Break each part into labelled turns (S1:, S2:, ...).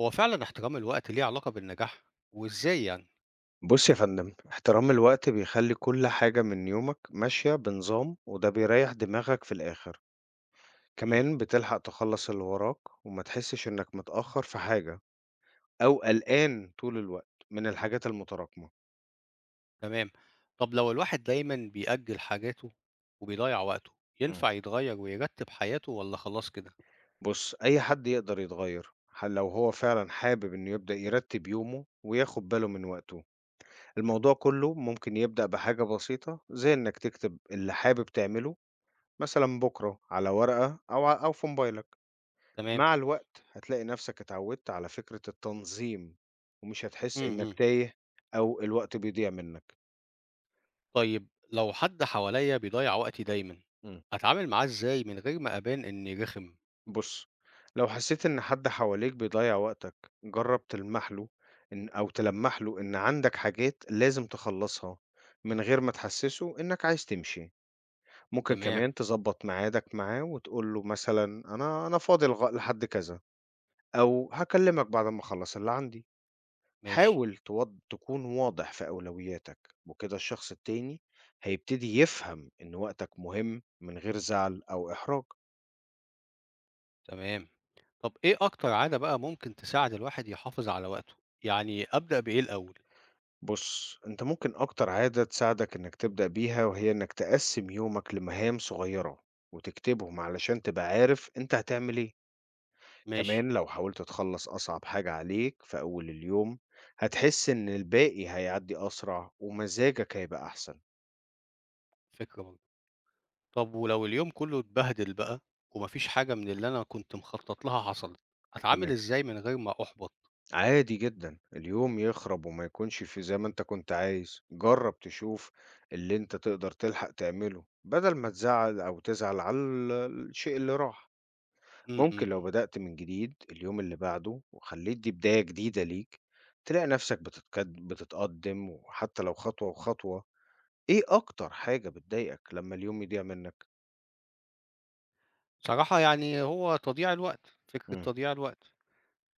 S1: هو فعلًا احترام الوقت ليه علاقة بالنجاح، وإزاي يعني؟
S2: بُص يا فندم، احترام الوقت بيخلّي كل حاجة من يومك ماشية بنظام وده بيريّح دماغك في الآخر،
S1: إمم،
S2: كمان بتلحق تخلّص اللي وراك وما تحسّش إنك متأخّر في حاجة أو قلقان طول الوقت من الحاجات المتراكمة.
S1: تمام. طب لو الواحد دايمًا بيأجّل حاجاته وبيضيّع وقته،
S2: إمم.
S1: ينفع يتغيّر ويرتّب حياته والّا خلاص كده؟
S2: بُص، أي حد يقدر يتغيّر لو هو فعلًا حابب إنه يبدأ يرتّب يومه وياخُد باله من وقته. الموضوع كُلّه ممكن يبدأ بحاجة بسيطة زي إنك تكتب اللي حابب تعمله مثلًا بُكرة على ورقة أو في موبايلك.
S1: تمام،
S2: مع الوقت هتلاقي نفسك اتعودت على فكرة التنظيم، ومش هتحس
S1: إمم، إمم.
S2: إنك تايه أو الوقت بيضيع منك.
S1: طيب لو حد حواليّا بيضيّع وقتي دايمًا،
S2: إمم،
S1: أتعامل معاه إزاي من غير ما أبان إني رخم؟
S2: بُص، لو حسيت إن حد حواليك بيضيّع وقتك، جرّب تلمح له إن أو تلمّح له إن عندك حاجات لازم تخلّصها، من غير ما تحسّسه إنك عايز تمشي. ممكن
S1: تمام،
S2: كمان تضبّط ميعادك معاه وتقول له مثلًا أنا فاضي لحد كذا، أو هاكلمك بعد ما أخلّص اللي عندي.
S1: ماشي،
S2: حاول تكون واضح في أولوياتك وكده الشخص التاني هيبتدي يفهم إن وقتك مهم من غير زعل أو إحراج.
S1: تمام. طب إيه أكتر عادة بقى ممكن تساعد الواحد يحافظ على وقته؟ يعني أبدأ بإيه الأول؟
S2: بص أنت ممكن أكتر عادة تساعدك إنك تبدأ بيها وهي إنك تقسم يومك لمهام صغيرة وتكتبهم علشان تبقى عارف أنت هتعمل إيه.
S1: ماشي،
S2: كمان لو حاولت تخلص أصعب حاجة عليك في أول اليوم هتحس إن الباقي هيعدي أسرع ومزاجك هيبقى أحسن.
S1: فكرة برضه. طب ولو اليوم كله اتبهدل بقى ومفيش حاجة من اللي أنا كنت مخطط لها حصلت، هاتعامل
S2: تمام،
S1: إزاي من غير ما أُحبط؟
S2: عادي جدًا، اليوم يخرب وما يكونش في زي ما أنت كنت عايز، جرّب تشوف اللي أنت تقدر تلحق تعمله، بدل ما تزعّل أو تزعل على ال الشيء اللي راح.
S1: إمم،
S2: ممكن لو
S1: إمم،
S2: بدأت من جديد اليوم اللي بعده وخلّيت دي بداية جديدة ليك، تلاقي نفسك بتتقدّم وحتى لو خطوة وخطوة. إيه أكتر حاجة
S1: إمم.
S2: بتضايقك لمّا اليوم يضيع منك؟
S1: صراحة يعني هو تضييع الوقت، فكرة
S2: إمم،
S1: تضييع الوقت،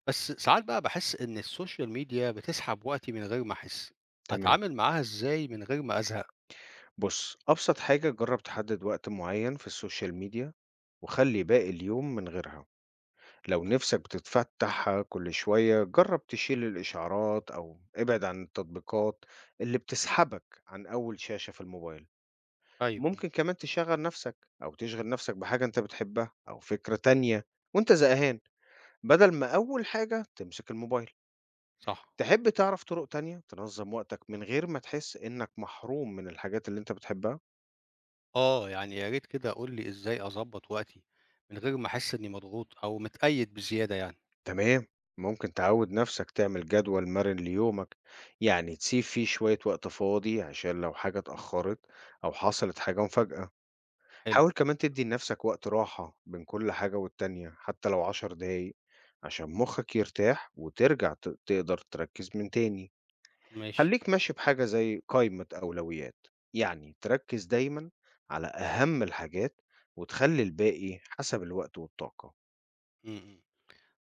S1: بس ساعات بقى باحس إن السوشيال ميديا بتسحب وقتي من غير ما أحس،
S2: تمام.
S1: أتعامل معاها إزاي من غير ما أزهق؟
S2: بُص، أبسط حاجة جرّب تحدد وقت معيّن في السوشيال ميديا وخلّي باقي اليوم من غيرها. لو نفسك بتتفتح كل شوية جرب تشيل الإشعارات أو ابعد عن التطبيقات اللي بتسحبك عن أول شاشة في الموبايل.
S1: أيوه، أيوه،
S2: ممكن كمان تشغل نفسك بحاجة أنت بتحبها أو فكرة تانية وأنت زهقان بدل ما أول حاجة تمسك الموبايل.
S1: صح.
S2: تحب تعرف طرق تانية تنظم وقتك من غير ما تحس إنك محروم من الحاجات اللي أنت بتحبها؟
S1: آه، يعني يا ريت كده قُل لي إزاي أضبّط وقتي من غير ما أحس إني مضغوط أو متقيد بزيادة يعني.
S2: تمام، ممكن تعود نفسك تعمل جدول مرن ليومك، يعني تسيب فيه شوية وقت فاضي عشان لو حاجة اتأخرت أو حصلت حاجة مفاجأة.
S1: حلو،
S2: حاول كمان تدي لنفسك وقت راحة بين كل حاجة والتانية حتى لو عشر دقايق عشان مخك يرتاح وترجع تقدر تركز من تاني.
S1: ماشي.
S2: خليك ماشي بحاجة زي قائمة أولويات، يعني تركز دايما على أهم الحاجات وتخلي الباقي حسب الوقت والطاقة.
S1: إمم، إمم.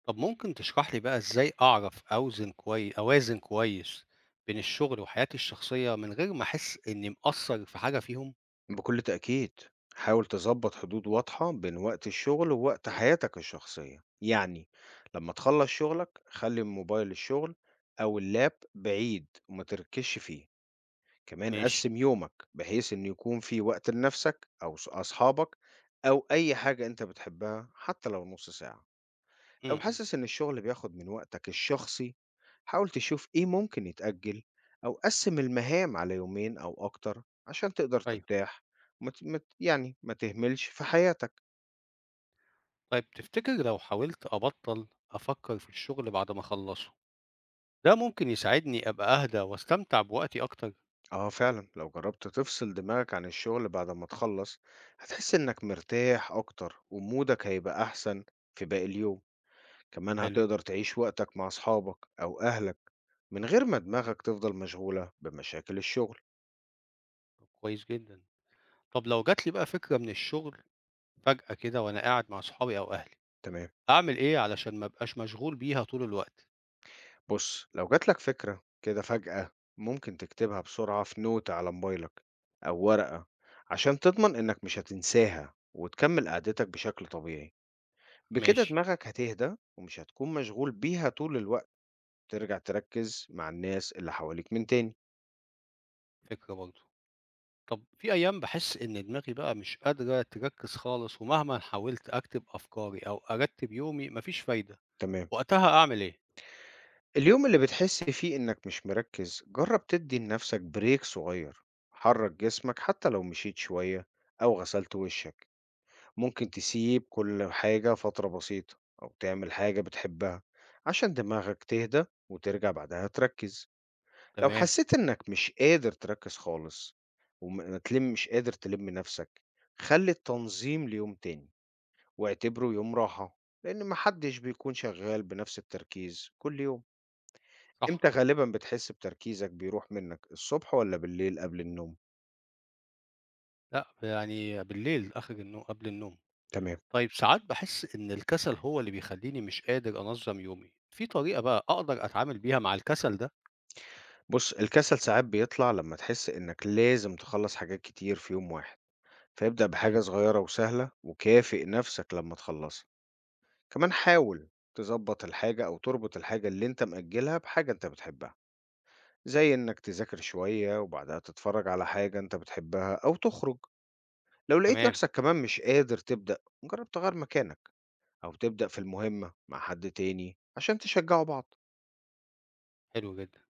S1: طب ممكن تشرح لي بقى إزاي أعرف أوزن كوي أوازن كويس بين الشغل وحياتي الشخصية من غير ما أحس إني مقصّر في حاجة فيهم؟
S2: بكل تأكيد حاول تظبط حدود واضحة بين وقت الشغل ووقت حياتك الشخصية، يعني لما تخلص شغلك خلي موبايل الشغل أو اللاب بعيد وما تركزش فيه. كمان
S1: ماشي.
S2: قسم يومك بحيث إن يكون في وقت لنفسك أو أصحابك أو أي حاجة أنت بتحبها حتى لو نص ساعة.
S1: إمم،
S2: لو
S1: إمم.
S2: حاسس إن الشغل بياخد من وقتك الشخصي حاول تشوف إيه ممكن يتأجل أو قسم المهام على يومين أو أكتر عشان تقدر
S1: أيوه.
S2: ترتاح يعني ما تهملش في حياتك.
S1: طيب تفتكر لو حاولت أبطّل أفكّر في الشغل بعد ما أخلّصه، ده ممكن يساعدني أبقى أهدى واستمتع بوقتي أكتر؟
S2: آه فعلا لو جربت تفصل دماغك عن الشغل بعد ما تخلص هتحس إنك مرتاح أكتر ومودك هيبقى أحسن في باقي اليوم، كمان
S1: حلو،
S2: هتقدر تعيش وقتك مع أصحابك أو أهلك من غير ما دماغك تفضل مشغولة بمشاكل الشغل.
S1: طب كويس جدًا. طب لو جات لي بقى فكرة من الشغل فجأة كده وأنا قاعد مع صحابي أو أهلي،
S2: تمام،
S1: أعمل إيه علشان ما أبقاش مشغول بيها طول الوقت؟
S2: بُص، لو جات لك فكرة كده فجأة، ممكن تكتبها بسرعة في نوتة على موبايلك أو ورقة، عشان تضمن إنك مش هتنساها وتكمل قعدتك بشكل طبيعي. بكده
S1: ماشي،
S2: دماغك هتهدى ومش هتكون مشغول بيها طول الوقت، ترجع تركز مع الناس اللي حواليك من تاني.
S1: فكرة برضه. طب في أيام باحس إن دماغي بقى مش قادرة تركّز خالص ومهما حاولت أكتب أفكاري أو أرتّب يومي ما فيش فايدة،
S2: تمام.
S1: وقتها أعمل إيه؟
S2: اليوم اللي بتحس فيه إنك مش مركز، جرب تدي لنفسك بريك صغير، حرك جسمك حتى لو مشيت شوية أو غسلت وشك. ممكن تسيب كل حاجة فترة بسيطة أو تعمل حاجة بتحبها عشان دماغك تهدى وترجع بعدها تركز. لو
S1: تمام،
S2: حسيت إنك مش قادر تركز خالص وتلم مش قادر تلم نفسك خلي التنظيم ليوم تاني واعتبره يوم راحة لأن محدش بيكون شغال بنفس التركيز كل يوم.
S1: صح،
S2: إمتى غالبا بتحس بتركيزك بيروح منك، الصبح ولا بالليل قبل النوم؟
S1: لأ، يعني بالليل آخر النو قبل النوم.
S2: تمام.
S1: طيب ساعات باحس إن الكسل هو اللي بيخلّيني مش قادر أنظّم يومي، في طريقة بقى أقدر أتعامل بيها مع الكسل ده؟
S2: بص الكسل ساعات بيطلع لما تحس إنك لازم تخلص حاجات كتير في يوم واحد، فابدأ بحاجة
S1: أيوه،
S2: صغيرة وسهلة وكافئ نفسك لما تخلصها. كمان حاول تظبط الحاجة أو تربط الحاجة اللي أنت مأجلها بحاجة أنت بتحبها، زي إنك تذاكر شوية وبعدها تتفرج على حاجة أنت بتحبها أو تخرج. لو لقيت
S1: تمام،
S2: نفسك كمان مش قادر تبدأ جرب تغير مكانك أو تبدأ في المهمة مع حد تاني عشان تشجعوا بعض.
S1: حلو جدًا.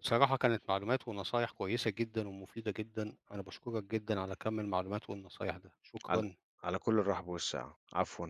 S1: بصراحة كانت معلومات ونصايح كويسة جدًا ومفيدة جدًا، أنا باشكرك جدًا على كَم المعلومات والنصايح ده،
S2: على,
S1: شكرًا.
S2: على كل الرحب والسعة عفوا.